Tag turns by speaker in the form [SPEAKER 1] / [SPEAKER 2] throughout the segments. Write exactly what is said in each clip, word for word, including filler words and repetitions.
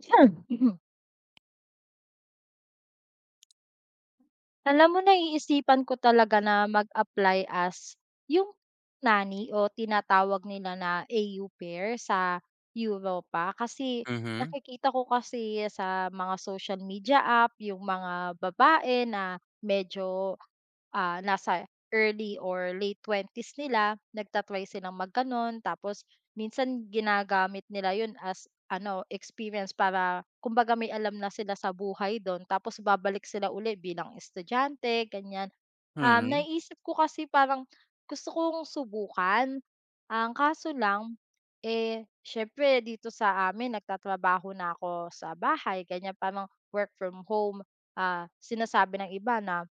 [SPEAKER 1] Alam mo, naiisipan ko talaga na mag-apply as yung nani o tinatawag nila na A U pair sa Europa. Kasi
[SPEAKER 2] Mhm.
[SPEAKER 1] nakikita ko kasi sa mga social media app yung mga babae na medyo, ah, nasa early or late twenties nila nagta-try silang mag. Tapos minsan ginagamit nila yun as ano, experience para kumbaga may alam na sila sa buhay dun, tapos babalik sila uli bilang estudyante, ganyan. Um,
[SPEAKER 2] Mm.
[SPEAKER 1] naisip ko kasi parang gusto kong subukan. Ang kaso lang, eh, siyempre dito sa amin nagtatrabaho na ako sa bahay, ganyan, parang work from home. Ah, sinasabi ng iba na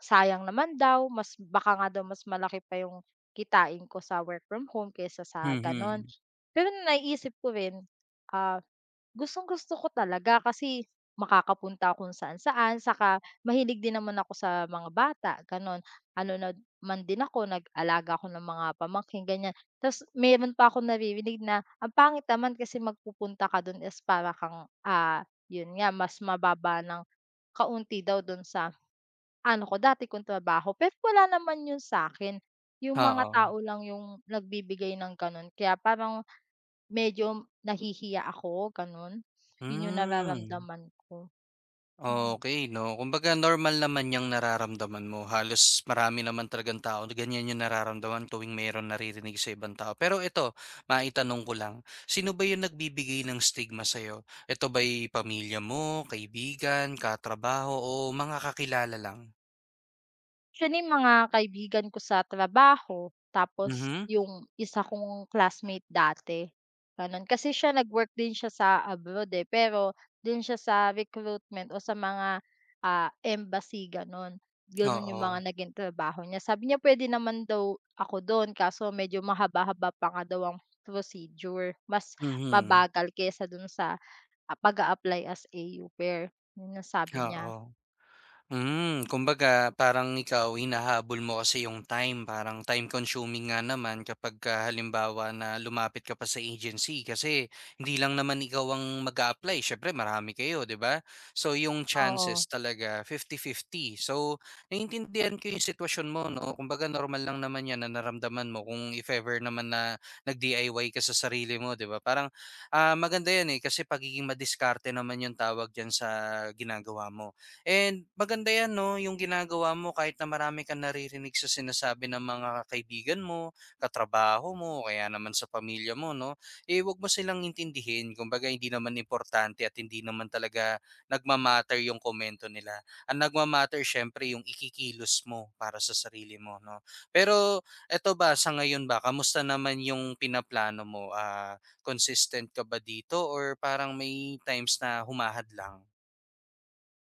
[SPEAKER 1] sayang naman daw, mas baka nga daw mas malaki pa yung kitain ko sa work from home kaysa sa gano'n.
[SPEAKER 2] Mhm.
[SPEAKER 1] Pero naiisip ko rin, ah, gustong-gusto ko talaga kasi makakapunta kung saan-saan, saka mahilig din naman ako sa mga bata gano'n. Ano na man din ako, nag-alaga ako ng mga pamangkin ganyan. Tapos meron pa akong naririnig na ang pangit naman kasi magpupunta ka do'n is para kang, ah, 'yun nga mas mababa ng kaunti daw do'n sa ano ko dati kong trabaho. Pero wala naman 'yun sa akin, yung mga
[SPEAKER 2] Oo.
[SPEAKER 1] tao lang yung nagbibigay ng gano'n, kaya parang medyo nahihiya ako gano'n. 'Yun yung
[SPEAKER 2] Hmm.
[SPEAKER 1] nararamdaman ko. Hmm,
[SPEAKER 2] Okey 'no. Kumbaga normal naman yang nararamdaman mo, halos marami naman talagang tao na ganyan yung nararamdaman tuwing merong naririnig sa ibang tao. Pero ito, maitanong ko lang, sino ba yung nagbibigay ng stigma sa'yo? Ito ba'y pamilya mo, kaibigan, katrabaho o mga kakilala lang?
[SPEAKER 1] Actually mga kaibigan ko sa trabaho, tapos
[SPEAKER 2] Mhm.
[SPEAKER 1] yung isa kong classmate dati, gano'n. Kasi siya nag-work din siya sa abroad, eh, pero din siya sa recruitment o sa mga, ah, embassy gano'n. Gano'n yung mga
[SPEAKER 2] Oo.
[SPEAKER 1] naging trabaho niya. Sabi niya pwede naman daw ako doon, kaso medyo mahaba-haba pa nga daw ang procedure, mas
[SPEAKER 2] Mhm.
[SPEAKER 1] mabagal kaysa do'n sa Ah, pag-a-apply as a U-pair, yun ang sabi niya.
[SPEAKER 2] Oo. Hmm, kumbaga parang ikaw hinahabol mo kasi yung time, parang time consuming nga naman kapag ka halimbawa na lumapit ka pa sa agency kasi hindi lang naman ikaw ang mag apply syempre marami kayo, 'di ba? So yung
[SPEAKER 1] Oo,
[SPEAKER 2] chances talaga fifty fifty. So naiintindihan ko yung sitwasyon mo, no? Kumbaga normal lang naman 'yan na naramdaman mo kung if ever naman na nag-D I Y ka sa sarili mo, 'di ba? Parang ah maganda 'yan eh kasi pagiging madiskarte naman yung tawag diyan sa ginagawa mo. And maganda 'yan 'no, yung ginagawa mo kahit na marami kang naririnig sa sinasabi ng mga kaibigan mo, katrabaho mo o kaya naman sa pamilya mo 'no, eh, huwag mo silang intindihin. Kumbaga hindi naman importante at hindi naman talaga nagma yung komento nila. Ang nagma-matter syempre, yung ikikilos mo para sa sarili mo 'no. Pero eto ba, sa ngayon ba, kamusta naman yung pinaplano mo? Ah, consistent ka ba dito or parang may times na humahadlang?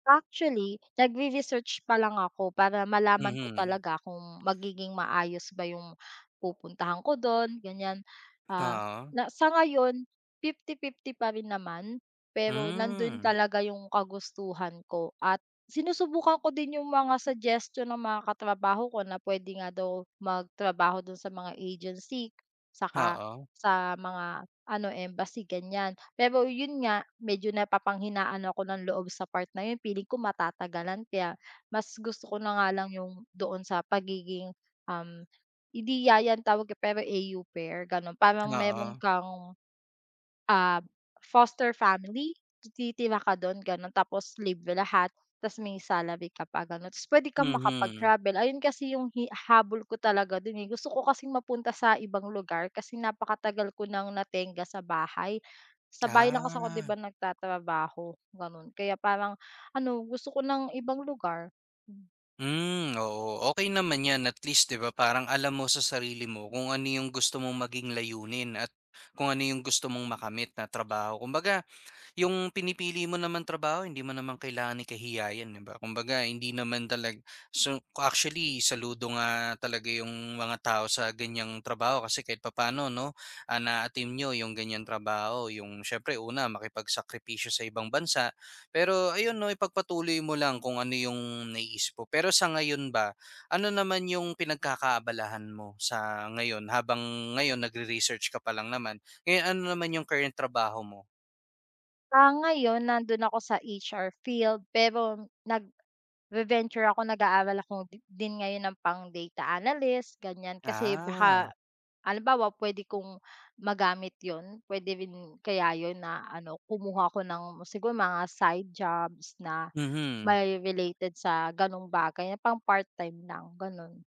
[SPEAKER 1] actually nagre-research pa lang ako para malaman ko
[SPEAKER 2] Mhm.
[SPEAKER 1] talaga kung magiging maayos ba yung pupuntahan ko dun ganyan. Ah,
[SPEAKER 2] Oo.
[SPEAKER 1] Na sa ngayon, fifty fifty pa rin naman, pero nandun
[SPEAKER 2] Hmm.
[SPEAKER 1] talaga yung kagustuhan ko. At sinusubukan ko din yung mga suggestion ng mga katrabaho ko na puwede nga daw magtrabaho dun sa mga agency, saka
[SPEAKER 2] Oo.
[SPEAKER 1] sa mga ano, embassy ganyan. Pero yun nga, medyo napapanghinaan ako ng loob sa part na yun, feeling ko matatagalan. Kaya mas gusto ko na nga lang yung doon sa pagiging, um, hindi yaya ang tawag, eh, pero A U pair, gano'n. Parang meron
[SPEAKER 2] Oo.
[SPEAKER 1] kang Ah, foster family, titira ka dun gano'n, tapos libre lahat, ta's may salary ka pa gano'n. Ta's puwede kang
[SPEAKER 2] Mhm.
[SPEAKER 1] makapag-travel, ayun kasi yung hi habol ko talaga dun, eh. Gusto ko kasing mapunta sa ibang lugar kasi napakatagal ko nang natenga sa bahay. Sa bahay lang kasi ako 'di
[SPEAKER 2] Ah.
[SPEAKER 1] ba nagtatrabaho, gano'n. Kaya parang ano, gusto ko ng ibang lugar.
[SPEAKER 2] Hmm. Oo. Okay naman 'yan, at least 'di ba parang alam mo sa sarili mo kung ano yung gusto mong maging layunin at kung ano yung gusto mong makamit na trabaho. Kumbaga yung pinipili mo naman trabaho hindi mo naman kailangan ni kahiyayan, 'di ba? Kumbaga hindi naman talag so actually saludo nga talaga yung mga tao sa ganyang trabaho kasi kahit papano 'no, ah, na-attain niyo yung ganyang trabaho, yung siyempre una makipagsakripisyo sa ibang bansa. Pero ayun 'no, ipagpatuloy mo lang kung ano yung naiisip mo. Pero sa ngayon ba, ano naman yung pinagkakaabalahan mo sa ngayon habang ngayon nagre-research ka pa lang naman, ngayon ano naman yung current trabaho mo?
[SPEAKER 1] Ah, ngayon nandun ako sa H R field pero nag Nagve-venture ako, nag-aaral ako di din ngayon ng pang data analyst, ganyan. Kasi
[SPEAKER 2] Ah.
[SPEAKER 1] baka halimbawa puwede kong magamit yon, puwede rin kaya 'yun na ano, kumuha ko ng siguro mga side jobs na
[SPEAKER 2] Mhm.
[SPEAKER 1] may related sa gano'ng bagay na pang part-time lang, gano'n.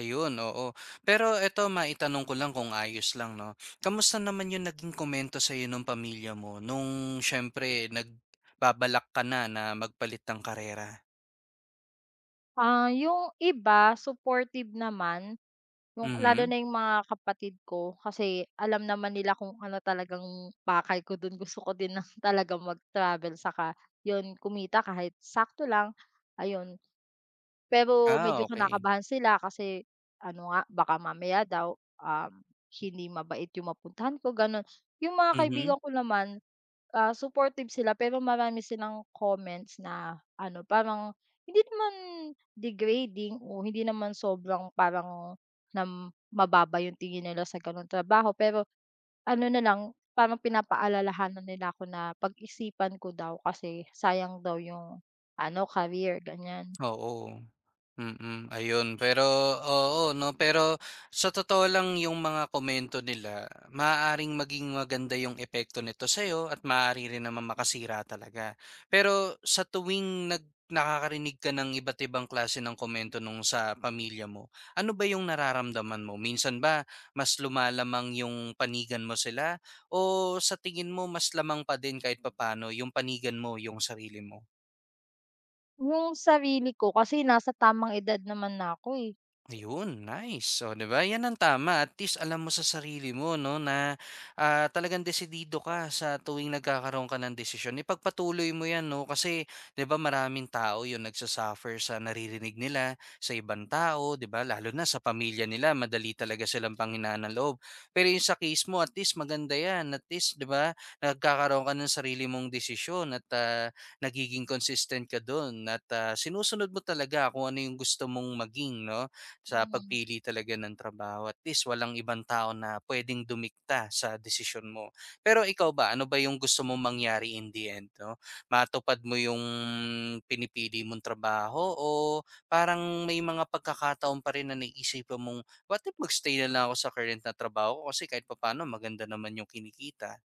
[SPEAKER 2] Ayun, oo. Pero eto maitanong ko lang kung ayos lang 'no. Kamusta naman yung naging komento sa'yo nung pamilya mo nung siyempre nagbabalak ka na na magpalit ng karera?
[SPEAKER 1] Ah, yung iba supportive naman. Yung lalo
[SPEAKER 2] Mhm.
[SPEAKER 1] na yung mga kapatid ko kasi alam naman nila kung ano talagang pakay ko dun, gusto ko din ng talagang mag-travel, saka yun kumita kahit sakto lang, ayun. Pero
[SPEAKER 2] Ah,
[SPEAKER 1] medyo
[SPEAKER 2] okey.
[SPEAKER 1] kinakabahan sila kasi ano nga baka mamaya daw, um, hindi mabait yung mapuntahan ko, gano'n. Yung mga
[SPEAKER 2] Mhm.
[SPEAKER 1] kaibigan ko naman Ah, supportive sila, pero marami silang comments na ano, parang hindi naman degrading o hindi naman sobrang parang na mababa yung tingin nila sa gano'ng trabaho. Pero ano na lang, parang pinapaalalahanan nila ako na pag-isipan ko daw kasi sayang daw yung ano, career, ganyan.
[SPEAKER 2] Oo, mm, ayun. Pero oo 'no, pero sa totoo lang yung mga komento nila maaaring maging maganda yung epekto nito sa'yo at maaari rin naman makasira talaga. Pero sa tuwing nag nakakarinig ka ng iba't ibang klase ng komento nung sa pamilya mo, ano ba yung nararamdaman mo? Minsan ba mas lumalamang yung panigan mo sila o sa tingin mo mas lamang pa din kahit papaano yung panigan mo yung sarili mo?
[SPEAKER 1] Yung sarili ko kasi nasa tamang edad naman na ako, eh.
[SPEAKER 2] Ayun, nice. Oh, 'di ba? 'Yan ang tama. At least alam mo sa sarili mo 'no na ah, talagang desidido ka sa tuwing nagkakaroon ka ng desisyon. Ipagpatuloy mo 'yan 'no kasi 'di ba maraming tao 'yung nagsasuffer sa naririnig nila sa ibang tao, 'di ba? Lalo na sa pamilya nila, madali talaga silang panghinaan ng loob. Pero 'yung sa case mo, at least maganda 'yan. At least 'di ba nagkakaroon ka ng sarili mong desisyon at ah, nagiging consistent ka doon at ah, sinusunod mo talaga kung ano 'yung gusto mong maging 'no? Sa
[SPEAKER 1] Mhm.
[SPEAKER 2] pagpili talaga ng trabaho at least walang ibang tao na puwedeng dumikta sa desisyon mo. Pero ikaw ba, ano ba yung gusto mong mangyari in the end 'no? Matupad mo yung pinipili mong trabaho o parang may mga pagkakataon pa rin na naisipan mong, "What if mag na lang ako sa current na trabaho ko kasi kahit papaano maganda naman yung kinikita."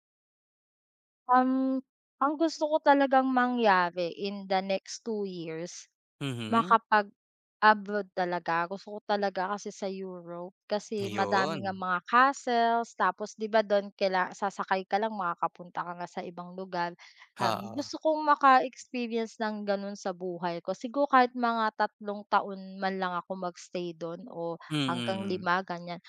[SPEAKER 1] Um, ang gusto ko talagang mangyari in the next two years,
[SPEAKER 2] Mhm,
[SPEAKER 1] makapag-abroad talaga. Gusto ko talaga kasi sa Europe kasi
[SPEAKER 2] ayun.
[SPEAKER 1] madami ngang mga castles, tapos 'di ba do'n kaila sasakay ka lang makakapunta ka na sa ibang lugar. Um,
[SPEAKER 2] Oo,
[SPEAKER 1] gusto kong maka-experience ng gano'n sa buhay ko. Siguro kahit mga tatlong taon man lang ako magstay stay do'n o hanggang
[SPEAKER 2] mm.
[SPEAKER 1] lima ganyan.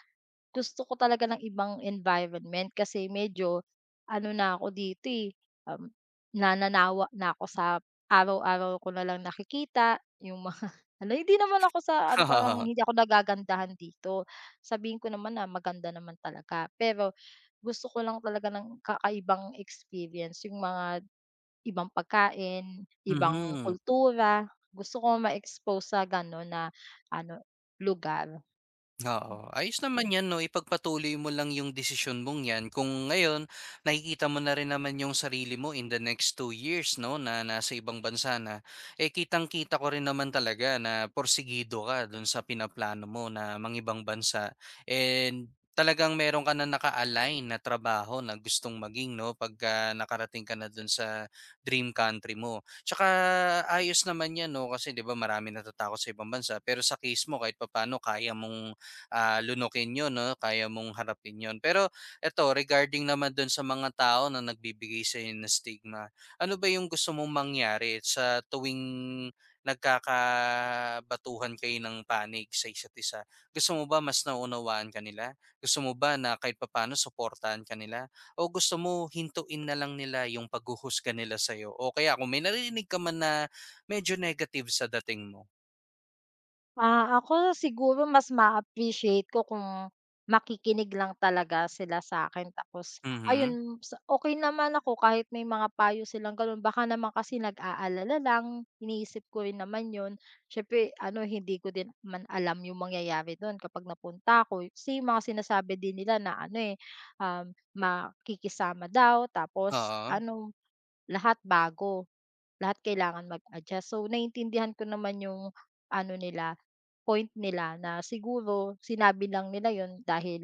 [SPEAKER 1] Gusto ko talaga ng ibang environment kasi medyo ano na ako dito, eh, um, nananawa na ako sa araw-araw ko na lang nakikita yung mga ano, hindi naman ako sa ano, parang hindi ako nagagandahan dito. Sabihin ko naman na maganda naman talaga, pero gusto ko lang talaga ng kakaibang experience, yung mga ibang pagkain, ibang
[SPEAKER 2] Mhm.
[SPEAKER 1] kultura. Gusto ko ma-expose sa gano'n na ano, lugar.
[SPEAKER 2] Oo, ayos naman 'yan 'no, ipagpatuloy mo lang yung desisyon mong 'yan kung ngayon nakikita mo na rin naman yung sarili mo in the next two years 'no, na nasa ibang bansa na, eh, kitang-kita ko rin naman talaga na porsigido ka dun sa pinaplano mo na mangibang bansa and talagang meron ka na naka-align na trabaho na gustong maging 'no, pagka nakarating ka na dun sa dream country mo. Tsaka ayos naman 'yan 'no, kasi 'di ba, marami natatakot sa ibang bansa pero sa case mo kahit papaano kaya mong ah, lunukin yun 'no, kaya mong harapin yun. Pero eto, regarding naman dun sa mga tao na nagbibigay sa ng stigma, ano ba yung gusto mong mangyari sa tuwing nagkakabatuhan kayo ng panig sa isa't isa? Gusto mo ba mas naunawaan kanila? Gusto mo ba na kahit papaano suportahan kanila? O gusto mo hintuin na lang nila yung paghuhusga nila sa'yo? O kaya kung may naririnig ka man na medyo negative sa dating mo?
[SPEAKER 1] Ah, ako siguro mas ma-appreciate ko kung makikinig lang talaga sila sa'kin, tapos ayun
[SPEAKER 2] Mhm.
[SPEAKER 1] sa okey naman ako kahit may mga payo silang gano'n, baka naman kasi nag-aalala lang, iniisip ko rin naman 'yun. Siyempre ano hindi ko din naman alam yung mangyayari do'n kapag napunta ako, kasi yung mga sinasabi din nila na ano, eh, um, makikisama daw tapos
[SPEAKER 2] Oo.
[SPEAKER 1] ano lahat bago, lahat kailangan mag-adjust. So, naiintindihan ko naman yung ano nila, point nila na siguro sinabi lang nila yun dahil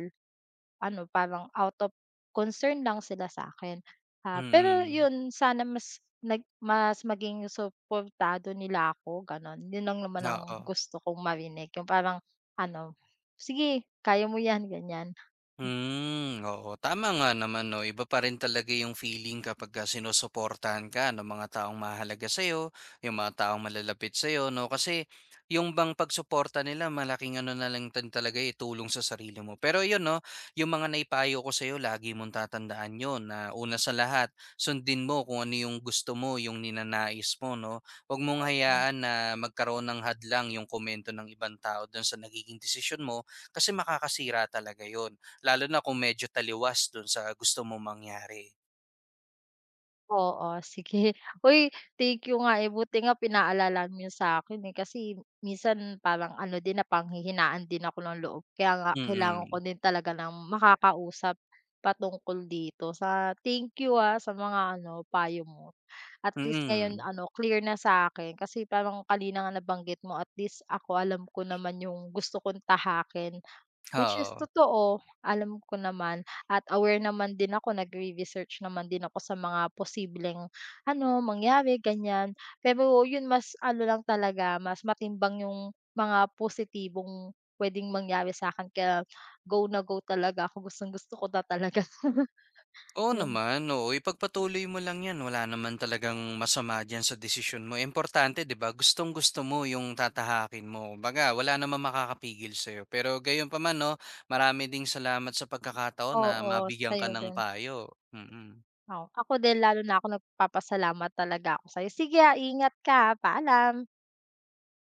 [SPEAKER 1] ano, parang out of concern lang sila sa'kin. Ah, pero
[SPEAKER 2] Mm.
[SPEAKER 1] yun sana mas nag mas maging suportado nila ako gano'n. Yun lang naman ang
[SPEAKER 2] Oo.
[SPEAKER 1] gusto kong marinig, yung parang ano, "Sige, kaya mo 'yan," ganyan.
[SPEAKER 2] Hmm, oo. Tama nga naman 'no, iba pa rin talaga yung feeling kapag kapagka sinusuportahan ka ng mga taong mahalaga sa sa'yo, yung mga taong malalapit sa sa'yo 'no. Kasi yung bang pagsuporta nila malaking ano na lang din talaga, eh, tulong sa sarili mo. Pero yun 'no, yung mga naipayo ko sa'yo lagi mong tatandaan yun na una sa lahat, sundin mo kung ano yung gusto mo, yung ninanais mo 'no. Huwag mong hayaan na magkaroon ng hadlang yung komento ng ibang tao dun sa nagiging desisyon mo kasi makakasira talaga yun. Lalo na kung medyo taliwas dun sa gusto mong mangyari.
[SPEAKER 1] Oo, sige. Uy, thank you nga, eh, buti nga pinaalala mo 'yun sa'kin, eh, kasi minsan parang ano din, napanghihinaan din ako ng loob. Kaya nga kailangan ko
[SPEAKER 2] Mm.
[SPEAKER 1] din talaga ng makakausap patungkol dito. Sa thank you, ah, sa mga ano, payo mo. At least ngayon
[SPEAKER 2] Mm.
[SPEAKER 1] ano, clear na sa akin, kasi parang kanina nga nabanggit mo, at least ako alam ko naman yung gusto kong tahakin. Which is
[SPEAKER 2] Oo.
[SPEAKER 1] totoo, alam ko naman at aware naman din ako, nagre-research naman din ako sa mga posibleng ano, mangyari ganyan. Pero yun mas ano lang talaga, mas matimbang yung mga positibong puwedeng mangyari sa akin, kaya go na go talaga ako, gustong-gusto ko na talaga.
[SPEAKER 2] Oo
[SPEAKER 1] Yun.
[SPEAKER 2] naman, oo. Ipagpatuloy mo lang 'yan, wala naman talagang masama diyan sa desisyon mo. Importante 'di ba, gustong-gusto mo yung tatahakin mo. Baga wala naman makakapigil sa'yo. Pero gayon pa man 'no, marami ding salamat sa pagkakataon na
[SPEAKER 1] Oo,
[SPEAKER 2] mabigyan ka
[SPEAKER 1] sa'yo
[SPEAKER 2] ng
[SPEAKER 1] din.
[SPEAKER 2] payo. Mm.
[SPEAKER 1] Oo, ako din lalo na ako nagpapasalamat talaga ako sa'yo. Sige, ah, ingat ka, ah, paalam.